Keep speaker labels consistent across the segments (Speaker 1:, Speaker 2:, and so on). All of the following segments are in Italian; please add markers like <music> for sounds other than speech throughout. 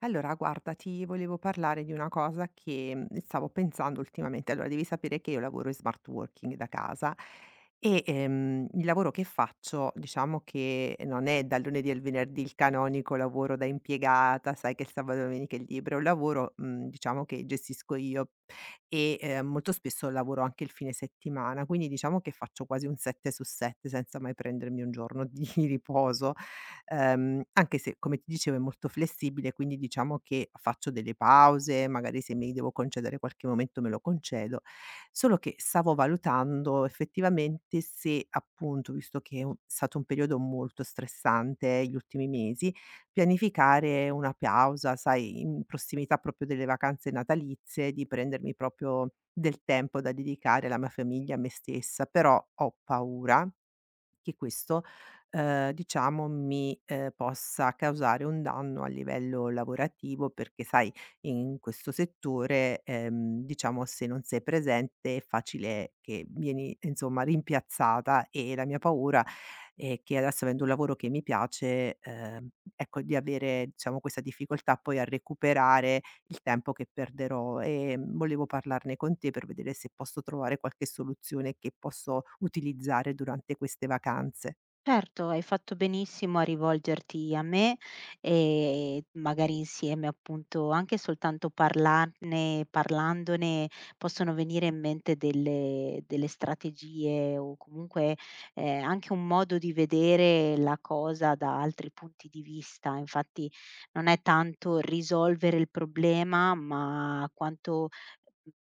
Speaker 1: Allora, guarda, ti volevo parlare di una cosa che stavo pensando ultimamente. Allora, devi sapere che io lavoro in smart working da casa e il lavoro che faccio, diciamo che non è dal lunedì al venerdì il canonico lavoro da impiegata, sai che il sabato e la domenica è libero, è un lavoro, diciamo che gestisco io e molto spesso lavoro anche il fine settimana, quindi diciamo che faccio quasi un 7 su 7 senza mai prendermi un giorno di <laughs> riposo. Anche se come ti dicevo è molto flessibile, quindi diciamo che faccio delle pause, magari se mi devo concedere qualche momento me lo concedo. Solo che stavo valutando effettivamente se appunto, visto che è stato un periodo molto stressante gli ultimi mesi, pianificare una pausa, sai, in prossimità proprio delle vacanze natalizie, di prendermi proprio del tempo da dedicare alla mia famiglia, a me stessa. Però ho paura che questo, diciamo possa causare un danno a livello lavorativo, perché sai in questo settore, diciamo se non sei presente è facile che vieni insomma rimpiazzata. E la mia paura è che adesso, avendo un lavoro che mi piace, ecco, di avere diciamo questa difficoltà poi a recuperare il tempo che perderò. E volevo parlarne con te per vedere se posso trovare qualche soluzione che posso utilizzare durante queste vacanze.
Speaker 2: Certo, hai fatto benissimo a rivolgerti a me e magari insieme appunto anche soltanto parlarne parlandone possono venire in mente delle strategie o comunque, anche un modo di vedere la cosa da altri punti di vista. Infatti non è tanto risolvere il problema, ma quanto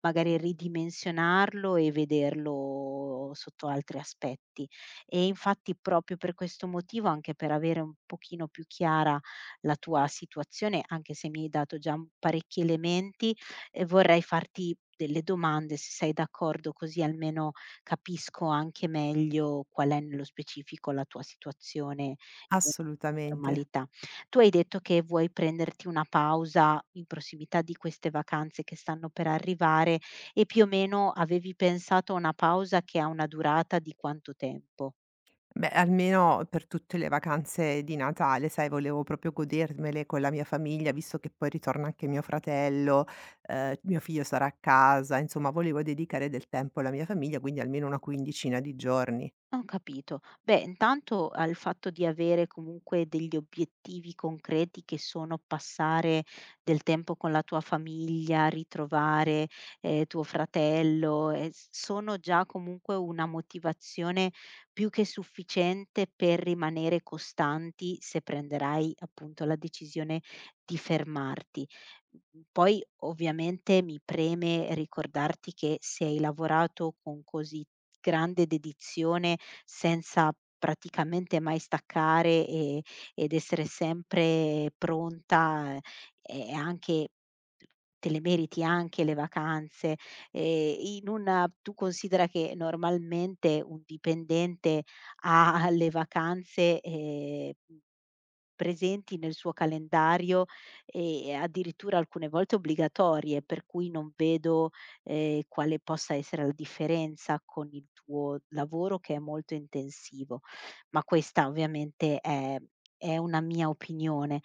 Speaker 2: magari ridimensionarlo e vederlo sotto altri aspetti. E infatti proprio per questo motivo, anche per avere un pochino più chiara la tua situazione, anche se mi hai dato già parecchi elementi, vorrei farti delle domande, se sei d'accordo, così almeno capisco anche meglio qual è nello specifico la tua situazione. eh,
Speaker 1: Assolutamente.
Speaker 2: Normalità. Tu hai detto che vuoi prenderti una pausa in prossimità di queste vacanze che stanno per arrivare e più o meno avevi pensato a una pausa che ha una durata di quanto tempo?
Speaker 1: Beh, almeno per tutte le vacanze di Natale, sai, volevo proprio godermele con la mia famiglia, visto che poi ritorna anche mio fratello, mio figlio sarà a casa, insomma, volevo dedicare del tempo alla mia famiglia, quindi almeno una quindicina di giorni.
Speaker 2: Ho capito. Beh, intanto al fatto di avere comunque degli obiettivi concreti che sono passare del tempo con la tua famiglia, ritrovare tuo fratello, sono già comunque una motivazione più che sufficiente per rimanere costanti se prenderai appunto la decisione di fermarti. Mhmm, poi ovviamente mi preme ricordarti che se hai lavorato con così grande dedizione, senza praticamente mai staccare ed essere sempre pronta, è anche te le meriti anche le vacanze. In una tu considera che normalmente un dipendente ha le vacanze, presenti nel suo calendario e addirittura alcune volte obbligatorie, per cui non vedo, quale possa essere la differenza con il tuo lavoro che è molto intensivo. Ma questa ovviamente è una mia opinione.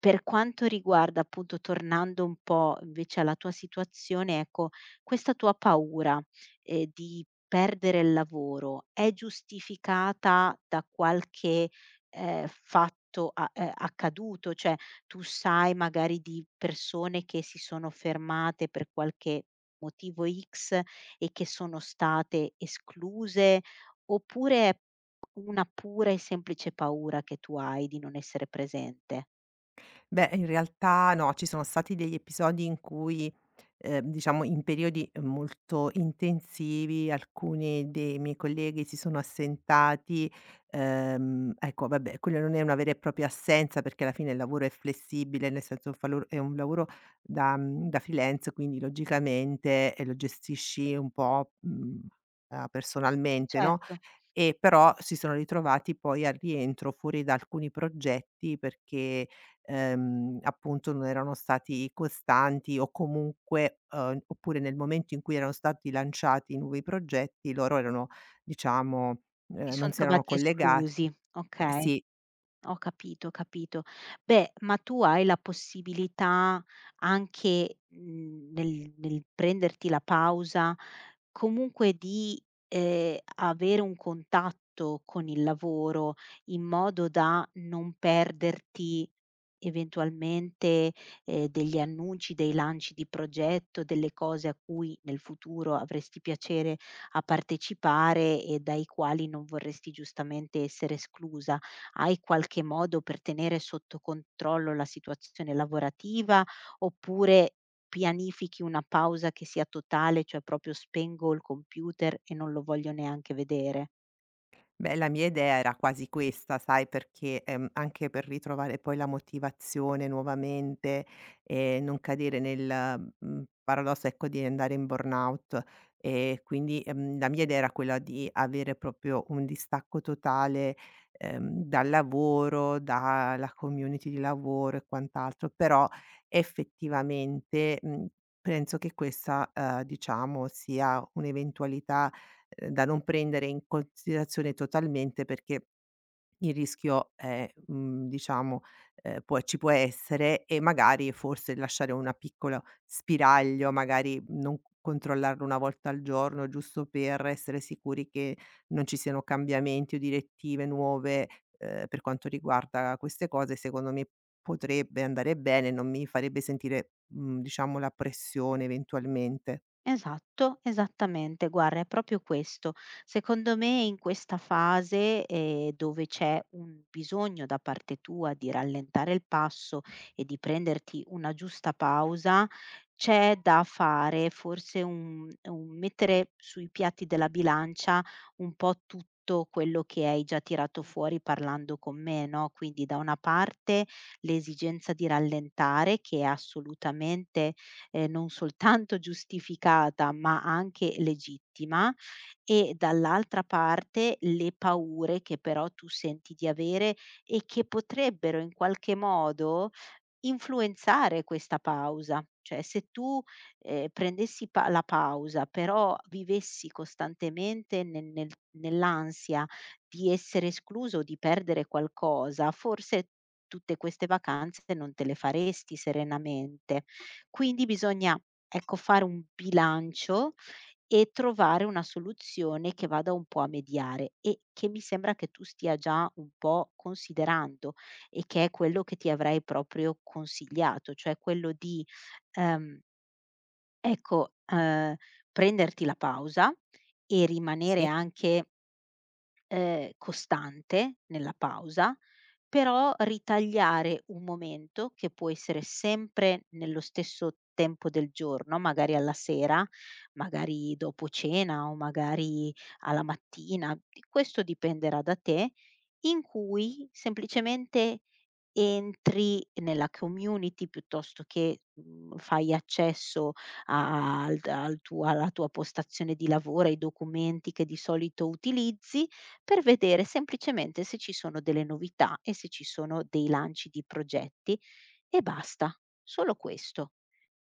Speaker 2: Per quanto riguarda appunto, tornando un po' invece alla tua situazione, ecco, questa tua paura, di perdere il lavoro è giustificata da qualche, fatto a accaduto? Cioè, tu sai magari di persone che si sono fermate per qualche motivo X e che sono state escluse, oppure è una pura e semplice paura che tu hai di non essere presente?
Speaker 1: Beh, in realtà no, ci sono stati degli episodi in cui, diciamo in periodi molto intensivi, alcuni dei miei colleghi si sono assentati. Ecco, vabbè, quella non è una vera e propria assenza perché alla fine il lavoro è flessibile, nel senso fa lo è un lavoro da da freelance, quindi logicamente, lo gestisci un po', personalmente, no.
Speaker 2: Certo,
Speaker 1: E però si sono ritrovati poi al rientro fuori da alcuni progetti perché, appunto, non erano stati costanti. O comunque oppure, nel momento in cui erano stati lanciati i nuovi progetti, loro erano diciamo,
Speaker 2: si
Speaker 1: non
Speaker 2: son
Speaker 1: si erano
Speaker 2: trovati
Speaker 1: collegati.
Speaker 2: esclusi, okay.
Speaker 1: Sì.
Speaker 2: Ho capito, ho capito. Beh, ma tu hai la possibilità anche, mhmm, nel prenderti la pausa, comunque di, avere un contatto con il lavoro, in modo da non perderti eventualmente, degli annunci, dei lanci di progetto, delle cose a cui nel futuro avresti piacere a partecipare e dai quali non vorresti giustamente essere esclusa, hai qualche modo per tenere sotto controllo la situazione lavorativa, oppure pianifichi una pausa che sia totale, cioè proprio spengo il computer e non lo voglio neanche vedere?
Speaker 1: Beh, la mia idea era quasi questa, sai, perché, anche per ritrovare poi la motivazione nuovamente e non cadere nel, paradosso, ecco, di andare in burnout. E quindi, la mia idea era quella di avere proprio un distacco totale, dal lavoro, dalla community di lavoro e quant'altro. Però effettivamente, penso che questa, diciamo, sia un'eventualità da non prendere in considerazione totalmente, perché il rischio è, diciamo, può ci può essere. E magari, forse, lasciare una piccola spiraglio, magari non c controllarlo, una volta al giorno, giusto per essere sicuri che non ci siano cambiamenti o direttive nuove, per quanto riguarda queste cose, secondo me potrebbe andare bene, non mi farebbe sentire, diciamo, la pressione eventualmente.
Speaker 2: Esatto, esattamente. Guarda, è proprio questo. Secondo me in questa fase, dove c'è un bisogno da parte tua di rallentare il passo e di prenderti una giusta pausa, c'è da fare forse un mettere sui piatti della bilancia un po' tutto quello che hai già tirato fuori parlando con me, no, quindi da una parte l'esigenza di rallentare che è assolutamente non soltanto giustificata, ma anche legittima, e dall'altra parte le paure che però tu senti di avere e che potrebbero in qualche modo influenzare questa pausa, cioè se tu, prendessi pa la pausa, però vivessi costantemente ne nell'ansia di essere escluso o di perdere qualcosa, forse tutte queste vacanze non te le faresti serenamente. Quindi bisogna, ecco, fare un bilancio e trovare una soluzione che vada un po' a mediare e che mi sembra che tu stia già un po' considerando e che è quello che ti avrei proprio consigliato, cioè quello di, ehm, ecco, ehm, prenderti la pausa e rimanere anche costante nella pausa, però ritagliare un momento, che può essere sempre nello stesso tempo del giorno, magari alla sera, magari dopo cena o magari alla mattina, di questo dipenderà da te, in cui semplicemente entri nella community piuttosto che, mhmm, fai accesso a al al tuo alla tua postazione di lavoro, ai documenti che di solito utilizzi per vedere semplicemente se ci sono delle novità e se ci sono dei lanci di progetti e basta. Solo questo.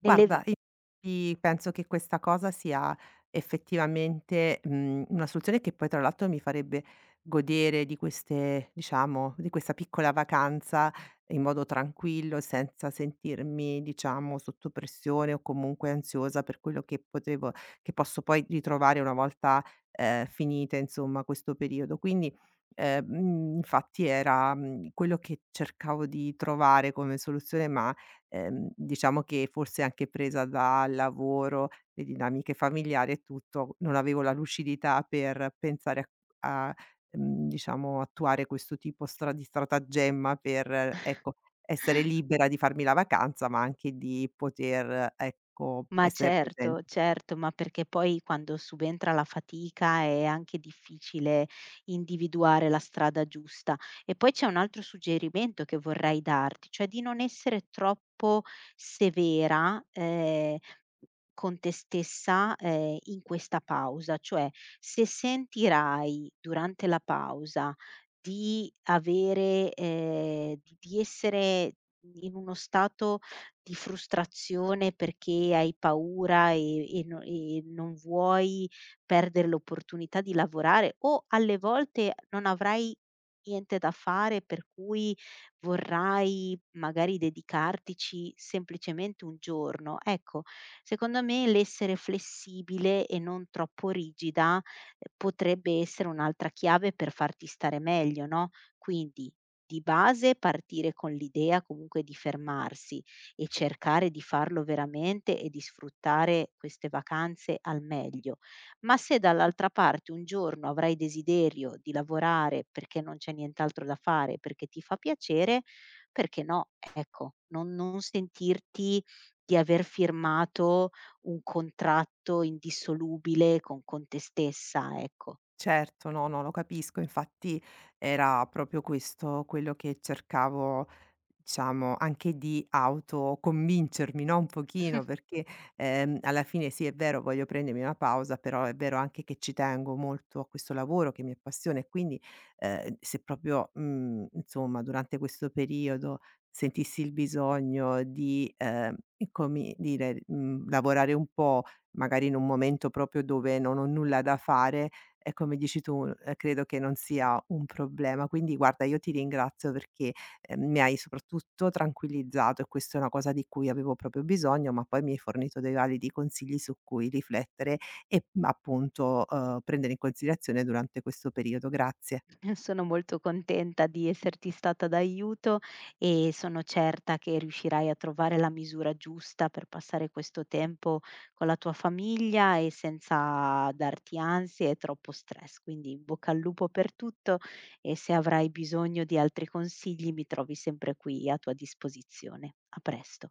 Speaker 2: Nelle v
Speaker 1: io ti penso che questa cosa sia effettivamente, una soluzione che poi tra l'altro mi farebbe godere di queste, diciamo, di questa piccola vacanza in modo tranquillo, senza sentirmi, diciamo, sotto pressione o comunque ansiosa per quello che potevo che posso poi ritrovare una volta, finita insomma questo periodo. Quindi, infatti era, quello che cercavo di trovare come soluzione. Ma diciamo che forse anche presa dal lavoro, le dinamiche familiari e tutto, non avevo la lucidità per pensare a diciamo attuare questo tipo stra di stratagemma per, ecco, essere libera di farmi la vacanza, ma anche di poter, ecco,
Speaker 2: Ma
Speaker 1: essere presen.
Speaker 2: certo, certo, ma perché poi quando subentra la fatica è anche difficile individuare la strada giusta. E poi c'è un altro suggerimento che vorrei darti, cioè di non essere troppo severa, con te stessa, in questa pausa. Cioè, se sentirai durante la pausa di avere di essere in uno stato di frustrazione perché hai paura e non vuoi perdere l'opportunità di lavorare o alle volte non avrai niente da fare, per cui vorrai magari dedicartici semplicemente un giorno. Ecco, secondo me l'essere flessibile e non troppo rigida, potrebbe essere un'altra chiave per farti stare meglio, no, quindi di base partire con l'idea comunque di fermarsi, e cercare di farlo veramente e di sfruttare queste vacanze al meglio. Ma se dall'altra parte un giorno avrai desiderio di lavorare perché non c'è nient'altro da fare, perché ti fa piacere, perché no? Ecco, non sentirti di aver firmato un contratto indissolubile con te stessa, ecco.
Speaker 1: Certo, no, no, lo capisco. Infatti era proprio questo quello che cercavo. Diciamo anche di autoconvincermi, no, un pochino, perché, alla fine sì, è vero, voglio prendermi una pausa, però è vero anche che ci tengo molto a questo lavoro che mi appassiona. E quindi, se proprio, insomma, durante questo periodo sentissi il bisogno di, come dire, lavorare un po', magari in un momento proprio dove non ho nulla da fare, e come dici tu, credo che non sia un problema. Quindi guarda, io ti ringrazio, perché mi hai soprattutto tranquillizzato e questa è una cosa di cui avevo proprio bisogno, ma poi mi hai fornito dei validi consigli su cui riflettere e, appunto, prendere in considerazione durante questo periodo. Grazie.
Speaker 2: <laughs> Sono molto contenta di esserti stata d'aiuto e sono certa che riuscirai a trovare la misura giusta per passare questo tempo con la tua famiglia e senza darti ansie e troppo stress. Quindi in bocca al lupo per tutto e se avrai bisogno di altri consigli mi trovi sempre qui a tua disposizione. A presto.